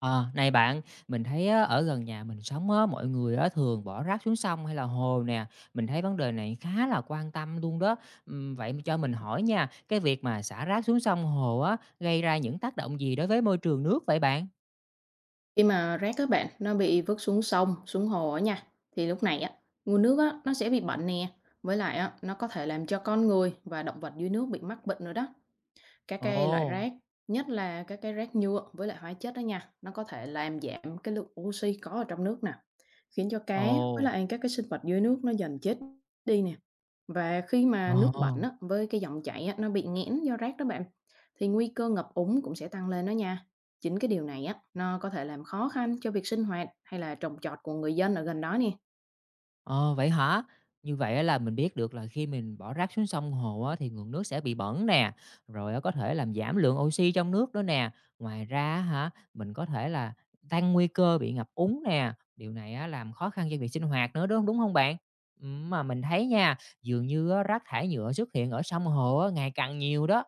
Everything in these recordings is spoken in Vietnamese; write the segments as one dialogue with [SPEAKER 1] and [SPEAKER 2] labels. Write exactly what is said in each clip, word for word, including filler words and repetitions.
[SPEAKER 1] Ờ, này bạn, mình thấy á, ở gần nhà mình sống á, mọi người á, thường bỏ rác xuống sông hay là hồ nè. Mình thấy vấn đề này khá là quan tâm luôn đó. Ừm, Vậy mà cho mình hỏi nha, cái việc mà xả rác xuống sông hồ á, gây ra những tác động gì đối với môi trường nước vậy bạn?
[SPEAKER 2] Khi mà rác các bạn, nó bị vứt xuống sông, xuống hồ ở nha, thì lúc này á, nguồn nước á, nó sẽ bị bệnh nè. Với lại á, nó có thể làm cho con người và động vật dưới nước bị mắc bệnh nữa đó. Các cái loại
[SPEAKER 1] Ồ,
[SPEAKER 2] rác, nhất là các cái rác nhựa với lại hóa chất đó nha, nó có thể làm giảm cái lượng oxy có ở trong nước nè. Khiến cho cá với
[SPEAKER 1] ồ,
[SPEAKER 2] lại các cái sinh vật dưới nước nó dần chết đi nè. Và khi mà nước bẩn
[SPEAKER 1] ồ.
[SPEAKER 2] á, với cái dòng chảy á, nó bị nghẽn do rác đó bạn, thì nguy cơ ngập úng cũng sẽ tăng lên đó nha. Chính cái điều này á, nó có thể làm khó khăn cho việc sinh hoạt hay là trồng trọt của người dân ở gần đó nè.
[SPEAKER 1] Ờ, vậy hả? Như vậy á là mình biết được là khi mình bỏ rác xuống sông hồ á, thì nguồn nước sẽ bị bẩn nè, rồi á, có thể làm giảm lượng oxy trong nước đó nè. Ngoài ra hả, mình có thể là tăng nguy cơ bị ngập úng nè, điều này á, làm khó khăn cho việc sinh hoạt nữa, đúng không đúng hông bạn? Ừm, mà mình thấy nha, dường như á, rác thải nhựa xuất hiện ở sông hồ á, ngày càng nhiều đó.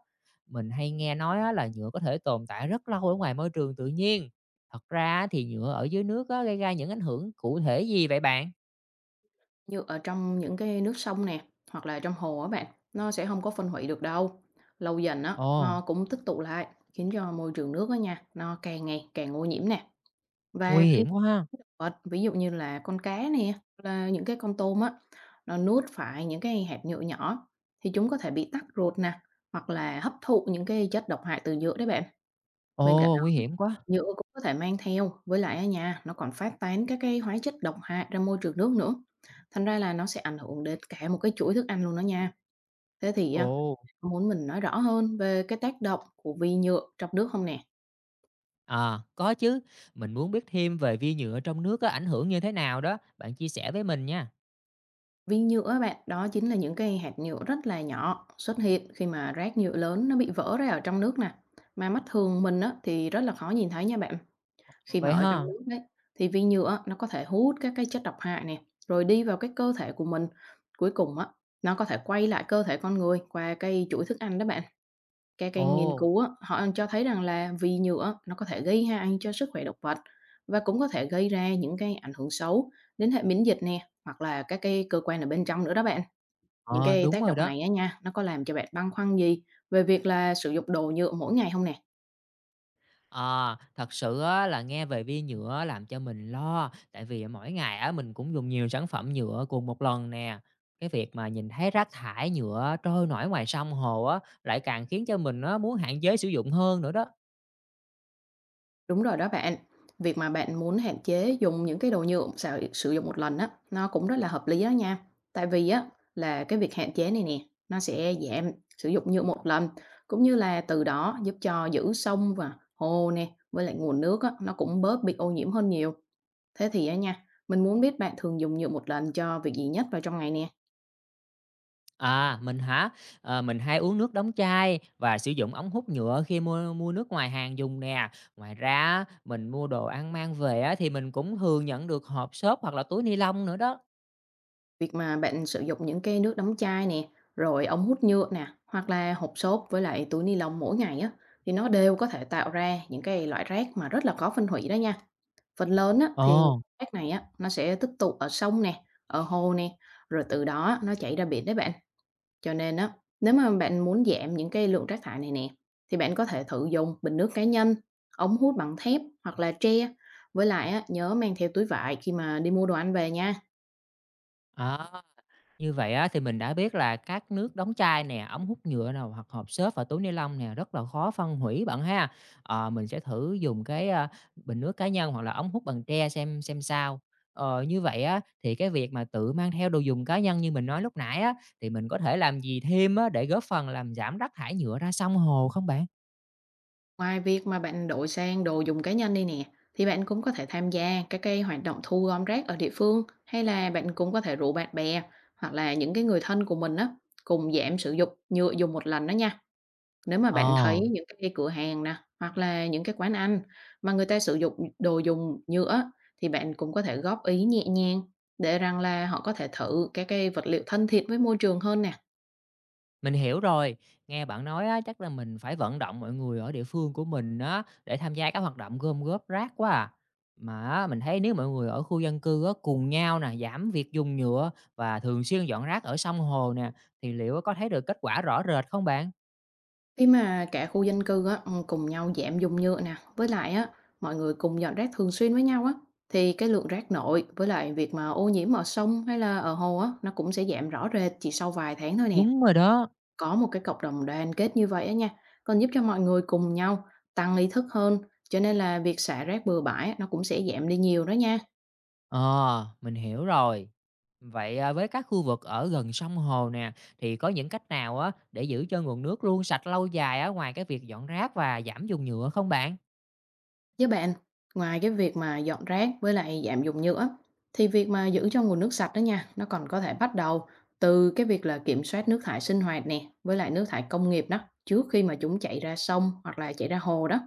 [SPEAKER 1] Mình hay nghe nói á, là nhựa có thể tồn tại rất lâu ở ngoài môi trường tự nhiên. Thật ra á, thì nhựa ở dưới nước á, gây ra những ảnh hưởng cụ thể gì vậy bạn?
[SPEAKER 2] Như ở trong những cái nước sông nè, hoặc là trong hồ á bạn, nó sẽ không có phân hủy được đâu. Lâu dần á,
[SPEAKER 1] Ồ.
[SPEAKER 2] nó cũng tích tụ lại, khiến cho môi trường nước á nha, nó càng ngày càng ô nhiễm nè. Và
[SPEAKER 1] Nguy
[SPEAKER 2] khi
[SPEAKER 1] hiểm quá ha!
[SPEAKER 2] Vật, ví dụ như là con cá nè, là những cái con tôm á, nó nuốt phải những cái hạt nhựa nhỏ thì chúng có thể bị tắc ruột nè, hoặc là hấp thụ những cái chất độc hại từ nhựa đấy bạn. Bên cạnh
[SPEAKER 1] Ồ, nguy
[SPEAKER 2] đó,
[SPEAKER 1] hiểm quá!
[SPEAKER 2] nhựa cũng có thể mang theo, với lại ở nhà nó còn phát tán các cái hóa chất độc hại ra môi trường nước nữa. Thành ra là nó sẽ ảnh hưởng đến cả một cái chuỗi thức ăn luôn đó nha. Thế thì á,
[SPEAKER 1] Ồ,
[SPEAKER 2] muốn mình nói rõ hơn về cái tác động của vi nhựa trong nước không nè?
[SPEAKER 1] à, có chứ, mình muốn biết thêm về vi nhựa trong nước có ảnh hưởng như thế nào đó, bạn chia sẻ với mình nha.
[SPEAKER 2] Viên nhựa bạn, đó chính là những cái hạt nhựa rất là nhỏ xuất hiện khi mà rác nhựa lớn nó bị vỡ ra ở trong nước nè. Mà mắt thường mình á, thì rất là khó nhìn thấy nha bạn.
[SPEAKER 1] Ờ,
[SPEAKER 2] Khi mà
[SPEAKER 1] vậy
[SPEAKER 2] ở trong
[SPEAKER 1] ha?
[SPEAKER 2] nước đấy thì viên nhựa nó có thể hút các cái chất độc hại này rồi đi vào cái cơ thể của mình. Cuối cùng á, nó có thể quay lại cơ thể con người qua cái chuỗi thức ăn đó bạn. Các cái nghiên
[SPEAKER 1] Ồ,
[SPEAKER 2] cứu á, họ cho thấy rằng là vi nhựa nó có thể gây hại cho sức khỏe động vật và cũng có thể gây ra những cái ảnh hưởng xấu đến hệ miễn dịch nè hoặc là các cái cơ quan ở bên trong nữa đó bạn. Những
[SPEAKER 1] ờ,
[SPEAKER 2] cái
[SPEAKER 1] đúng
[SPEAKER 2] tác
[SPEAKER 1] rồi
[SPEAKER 2] động
[SPEAKER 1] đó.
[SPEAKER 2] này á nha, nó có làm cho bạn băn khoăn gì về việc là sử dụng đồ nhựa mỗi ngày không nè?
[SPEAKER 1] À thật sự á là nghe về vi nhựa á làm cho mình lo, tại vì mỗi ngày á mình cũng dùng nhiều sản phẩm nhựa cùng một lần nè. Cái việc mà nhìn thấy rác thải nhựa trôi nổi ngoài sông hồ á, lại càng khiến cho mình á muốn hạn chế sử dụng hơn nữa đó.
[SPEAKER 2] Đúng rồi đó bạn, việc mà bạn muốn hạn chế dùng những cái đồ nhựa sử sử dụng một lần á, nó cũng rất là hợp lý đó nha. Tại vì á là cái việc hạn chế này nè, nó sẽ giảm sử dụng nhựa một lần, cũng như là từ đó giúp cho giữ sông và hồ nè, với lại nguồn nước á, nó cũng bớt bị ô nhiễm hơn nhiều. Thế thì á nha, mình muốn biết bạn thường dùng nhựa một lần cho việc gì nhất vào trong ngày nè?
[SPEAKER 1] À, mình hả? Ờ, mình hay uống nước đóng chai và sử dụng ống hút nhựa khi mua mua nước ngoài hàng dùng nè. Ngoài ra á, mình mua đồ ăn mang về á, thì mình cũng thường nhận được hộp xốp hoặc là túi ni lông nữa đó.
[SPEAKER 2] Việc mà bạn sử dụng những cái nước đóng chai nè, rồi ống hút nhựa nè, hoặc là hộp xốp với lại túi ni lông mỗi ngày á, thì nó đều có thể tạo ra những cái loại rác mà rất là khó phân hủy đó nha. Phần lớn á, thì
[SPEAKER 1] Ồ,
[SPEAKER 2] rác này á, nó sẽ tích tụ ở sông nè, ở hồ nè, rồi từ đó nó chảy ra biển đấy bạn. Cho nên á, nếu mà bạn muốn giảm những cái lượng rác thải này nè, thì bạn có thể thử dùng bình nước cá nhân, ống hút bằng thép hoặc là tre. Với lại á, nhớ mang theo túi vải khi mà đi mua đồ ăn về nha.
[SPEAKER 1] à. Như vậy á, thì mình đã biết là các nước đóng chai nè, ống hút nhựa nào hoặc hộp xốp và túi ni lông nè rất là khó phân hủy bạn ha. Ờ, mình sẽ thử dùng cái, a, bình nước cá nhân hoặc là ống hút bằng tre xem xem sao. Ờ, như vậy á, thì cái việc mà tự mang theo đồ dùng cá nhân như mình nói lúc nãy á, thì mình có thể làm gì thêm á để góp phần làm giảm rác thải nhựa ra sông hồ không bạn?
[SPEAKER 2] Ngoài việc mà bạn đổi sang đồ dùng cá nhân đi nè, thì bạn cũng có thể tham gia các cái hoạt động thu gom rác ở địa phương hay là bạn cũng có thể rủ bạn bè hoặc là những cái người thân của mình á cùng giảm sử dụng nhựa dùng một lần đó nha. Nếu mà bạn
[SPEAKER 1] Ờ.
[SPEAKER 2] thấy những cái cửa hàng nè hoặc là những cái quán ăn mà người ta sử dụng đồ dùng nhựa á, thì bạn cũng có thể góp ý nhẹ nhàng để rằng là họ có thể thử các cái vật liệu thân thiện với môi trường hơn nè.
[SPEAKER 1] Mình hiểu rồi, nghe bạn nói á, chắc là mình phải vận động mọi người ở địa phương của mình á, để tham gia các hoạt động gom góp rác quá à. Mà á, mình thấy nếu mọi người ở khu dân cư á, cùng nhau nè, giảm việc dùng nhựa và thường xuyên dọn rác ở sông hồ nè, thì liệu có thấy được kết quả rõ rệt không bạn?
[SPEAKER 2] Khi mà cả khu dân cư á, ừ, cùng nhau giảm dùng nhựa nè, với lại á, mọi người cùng dọn rác thường xuyên với nhau á, thì cái lượng rác nội với lại việc mà ô nhiễm ở sông hay là ở hồ á, nó cũng sẽ giảm rõ rệt chỉ sau vài tháng thôi nè.
[SPEAKER 1] Đúng rồi đó.
[SPEAKER 2] Có một cái cộng đồng đoàn kết như vậy á nha, còn giúp cho mọi người cùng nhau tăng ý thức hơn, cho nên là việc xả rác bừa bãi á, nó cũng sẽ giảm đi nhiều đó nha.
[SPEAKER 1] Ờ, mình hiểu rồi. Vậy à, với các khu vực ở gần sông hồ nè, thì có những cách nào á, để giữ cho nguồn nước luôn sạch lâu dài á, ngoài cái việc dọn rác và giảm dùng nhựa không bạn?
[SPEAKER 2] Với bạn, ngoài cái việc mà dọn rác với lại giảm dùng nhựa thì việc mà giữ cho nguồn nước sạch đó nha, nó còn có thể bắt đầu từ cái việc là kiểm soát nước thải sinh hoạt nè, với lại nước thải công nghiệp đó trước khi mà chúng chảy ra sông hoặc là chảy ra hồ đó.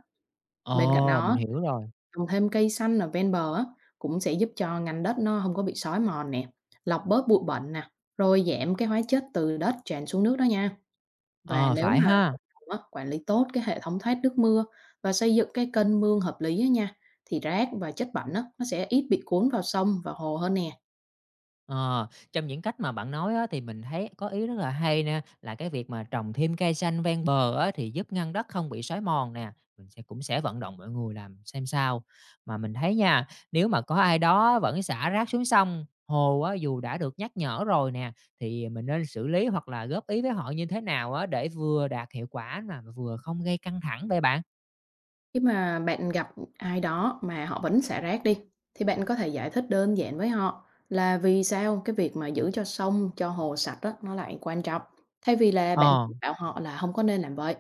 [SPEAKER 2] Bên cạnh
[SPEAKER 1] Ồ, mình
[SPEAKER 2] đó,
[SPEAKER 1] hiểu rồi.
[SPEAKER 2] trồng thêm cây xanh ở ven bờ á, cũng sẽ giúp cho ngành đất nó không có bị xói mòn nè, lọc bớt bụi bẩn nè, rồi giảm cái hóa chất từ đất tràn xuống nước đó nha. Và
[SPEAKER 1] Ờ,
[SPEAKER 2] nếu
[SPEAKER 1] phải
[SPEAKER 2] mà
[SPEAKER 1] ha.
[SPEAKER 2] cộng đồng á, quản lý tốt cái hệ thống thoát nước mưa và xây dựng cái kênh mương hợp lý á nha, thì rác và chất bẩn á, nó sẽ ít bị cuốn vào sông và hồ hơn nè.
[SPEAKER 1] Ờ, trong những cách mà bạn nói á, thì mình thấy có ý rất là hay nè, là cái việc mà trồng thêm cây xanh ven bờ á, thì giúp ngăn đất không bị xói mòn nè, mình sẽ cũng sẽ vận động mọi người làm xem sao. Mà mình thấy nha, nếu mà có ai đó vẫn xả rác xuống sông, hồ á, dù đã được nhắc nhở rồi nè, thì mình nên xử lý hoặc là góp ý với họ như thế nào á, để vừa đạt hiệu quả mà vừa không gây căng thẳng vậy bạn?
[SPEAKER 2] Khi mà bạn gặp ai đó mà họ vẫn xả rác đi, thì bạn có thể giải thích đơn giản với họ là vì sao cái việc mà giữ cho sông, cho hồ sạch á, nó lại quan trọng, thay vì là bạn
[SPEAKER 1] Ờ,
[SPEAKER 2] chỉ bảo họ là không có nên làm vậy.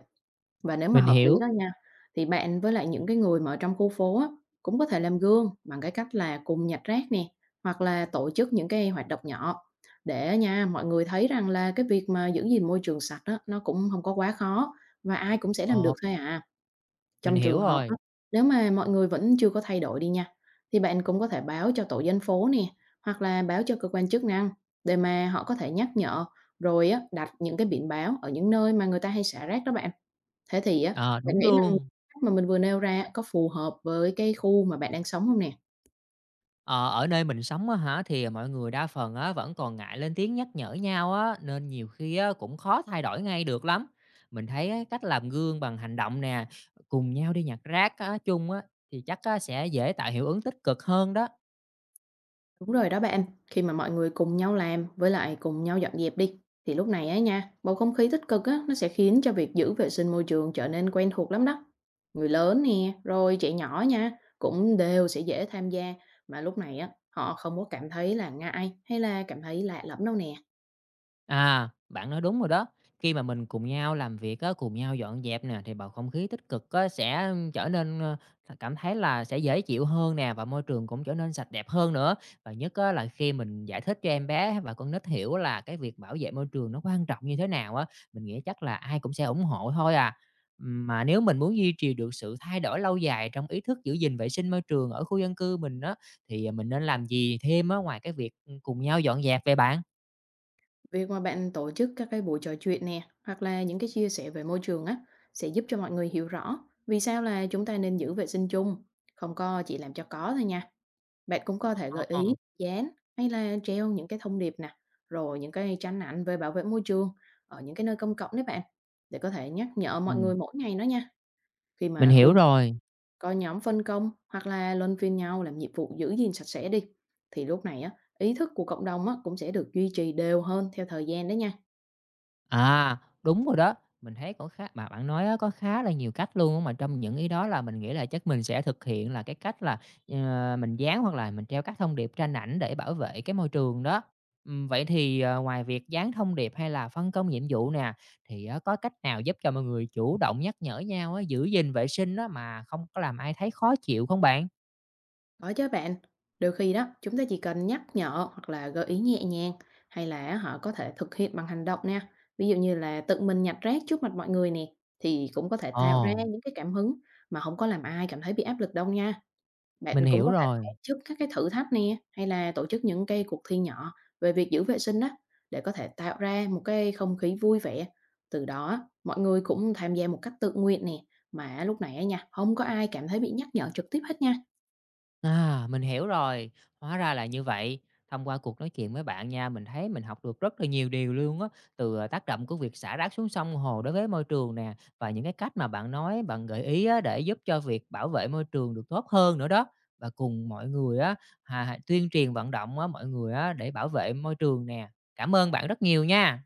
[SPEAKER 2] Và nếu mà
[SPEAKER 1] mình
[SPEAKER 2] hợp lý
[SPEAKER 1] hiểu.
[SPEAKER 2] đó nha, thì bạn với lại những cái người mà ở trong khu phố á, cũng có thể làm gương bằng cái cách là cùng nhặt rác nè, hoặc là tổ chức những cái hoạt động nhỏ để nha, mọi người thấy rằng là cái việc mà giữ gìn môi trường sạch á, nó cũng không có quá khó và ai cũng sẽ làm
[SPEAKER 1] Ờ,
[SPEAKER 2] được thôi à.
[SPEAKER 1] mình
[SPEAKER 2] Trong trường
[SPEAKER 1] hiểu
[SPEAKER 2] hợp
[SPEAKER 1] rồi.
[SPEAKER 2] á, nếu mà mọi người vẫn chưa có thay đổi đi nha, thì bạn cũng có thể báo cho tổ dân phố nè, hoặc là báo cho cơ quan chức năng để mà họ có thể nhắc nhở, rồi á, đặt những cái biển báo ở những nơi mà người ta hay xả rác đó bạn. Thế thì á,
[SPEAKER 1] Ờ,
[SPEAKER 2] bạn
[SPEAKER 1] đúng
[SPEAKER 2] nghĩ rằng
[SPEAKER 1] luôn.
[SPEAKER 2] cách mà mình vừa nêu ra á, có phù hợp với cái khu mà bạn đang sống hông nè?
[SPEAKER 1] Ờ, ở nơi mình sống á hả, thì mọi người đa phần á vẫn còn ngại lên tiếng nhắc nhở nhau á, nên nhiều khi á cũng khó thay đổi ngay được lắm. Mình thấy á, cách làm gương bằng hành động nè, cùng nhau đi nhặt rác á, chung á, thì chắc á, sẽ dễ tạo hiệu ứng tích cực hơn đó.
[SPEAKER 2] Đúng rồi đó bạn, khi mà mọi người cùng nhau làm với lại cùng nhau dọn dẹp đi, thì lúc này á nha, bầu không khí tích cực á, nó sẽ khiến cho việc giữ vệ sinh môi trường trở nên quen thuộc lắm đó. Người lớn nè, rồi trẻ nhỏ nha, cũng đều sẽ dễ tham gia, mà lúc này á, họ không có cảm thấy là ngại hay là cảm thấy lạ lẫm đâu nè.
[SPEAKER 1] À, bạn nói đúng rồi đó. Khi mà mình cùng nhau làm việc á, cùng nhau dọn dẹp nè, thì bầu không khí tích cực á, sẽ trở nên ờ, cảm thấy là sẽ dễ chịu hơn nè và môi trường cũng trở nên sạch đẹp hơn nữa. Và nhất á, là khi mình giải thích cho em bé và con nít hiểu là cái việc bảo vệ môi trường nó quan trọng như thế nào á, mình nghĩ chắc là ai cũng sẽ ủng hộ thôi à. Mà nếu mình muốn duy trì được sự thay đổi lâu dài trong ý thức giữ gìn vệ sinh môi trường ở khu dân cư mình á, thì à, mình nên làm gì thêm á, ngoài cái việc cùng nhau dọn dẹp về bạn?
[SPEAKER 2] Việc mà bạn tổ chức các cái buổi trò chuyện nè, hoặc là những cái chia sẻ về môi trường á, sẽ giúp cho mọi người hiểu rõ vì sao là chúng ta nên giữ vệ sinh chung, không có chỉ làm cho có thôi nha. Bạn cũng có thể gợi
[SPEAKER 1] Ờ.
[SPEAKER 2] ý, dán hay là treo những cái thông điệp nè, rồi những cái tranh ảnh về bảo vệ môi trường ở những cái nơi công cộng đấy bạn, để có thể nhắc nhở
[SPEAKER 1] Ừ.
[SPEAKER 2] mọi người mỗi ngày đó nha. Khi
[SPEAKER 1] Mình
[SPEAKER 2] mà
[SPEAKER 1] hiểu
[SPEAKER 2] khu
[SPEAKER 1] rồi.
[SPEAKER 2] có nhóm phân công hoặc là luân phiên nhau làm nhiệm vụ giữ gìn sạch sẽ đi, thì lúc này á, ý thức của cộng đồng á, cũng sẽ được duy trì đều hơn theo thời gian đấy nha.
[SPEAKER 1] À, đúng rồi đó. Mình thấy có khá mà bạn nói á, có khá là nhiều cách luôn á, mà trong những ý đó là mình nghĩ là chắc mình sẽ thực hiện là cái cách là, ờ, mình dán hoặc là mình treo các thông điệp tranh ảnh để bảo vệ cái môi trường đó. Ừm, vậy thì, ờ, ngoài việc dán thông điệp hay là phân công nhiệm vụ nè, thì á, có cách nào giúp cho mọi người chủ động nhắc nhở nhau á, giữ gìn vệ sinh á, mà không có làm ai thấy khó chịu không bạn?
[SPEAKER 2] Có chứ bạn, đôi khi đó chúng ta chỉ cần nhắc nhở hoặc là gợi ý nhẹ nhàng hay là họ có thể thực hiện bằng hành động nè. Ví dụ như là tự mình nhặt rác trước mặt mọi người nè thì cũng có thể tạo ra
[SPEAKER 1] Ồ,
[SPEAKER 2] những cái cảm hứng mà không có làm ai cảm thấy bị áp lực đâu nha.
[SPEAKER 1] mình
[SPEAKER 2] Bạn cũng
[SPEAKER 1] hiểu
[SPEAKER 2] có thể tổ
[SPEAKER 1] rồi.
[SPEAKER 2] chức các cái thử thách nè hay là tổ chức những cái cuộc thi nhỏ về việc giữ vệ sinh đó để có thể tạo ra một cái không khí vui vẻ. Từ đó mọi người cũng tham gia một cách tự nguyện nè mà lúc này á nha, không có ai cảm thấy bị nhắc nhở trực tiếp hết nha.
[SPEAKER 1] À, mình hiểu rồi, hóa ra là như vậy. Thông qua cuộc nói chuyện với bạn nha, mình thấy mình học được rất là nhiều điều luôn á, từ, à, tác động của việc xả rác xuống sông hồ đối với môi trường nè, và những cái cách mà bạn nói, bạn gợi ý á, để giúp cho việc bảo vệ môi trường được tốt hơn nữa đó. Và cùng mọi người á, hà tuyên truyền vận động á, mọi người á, để bảo vệ môi trường nè. Cảm ơn bạn rất nhiều nha.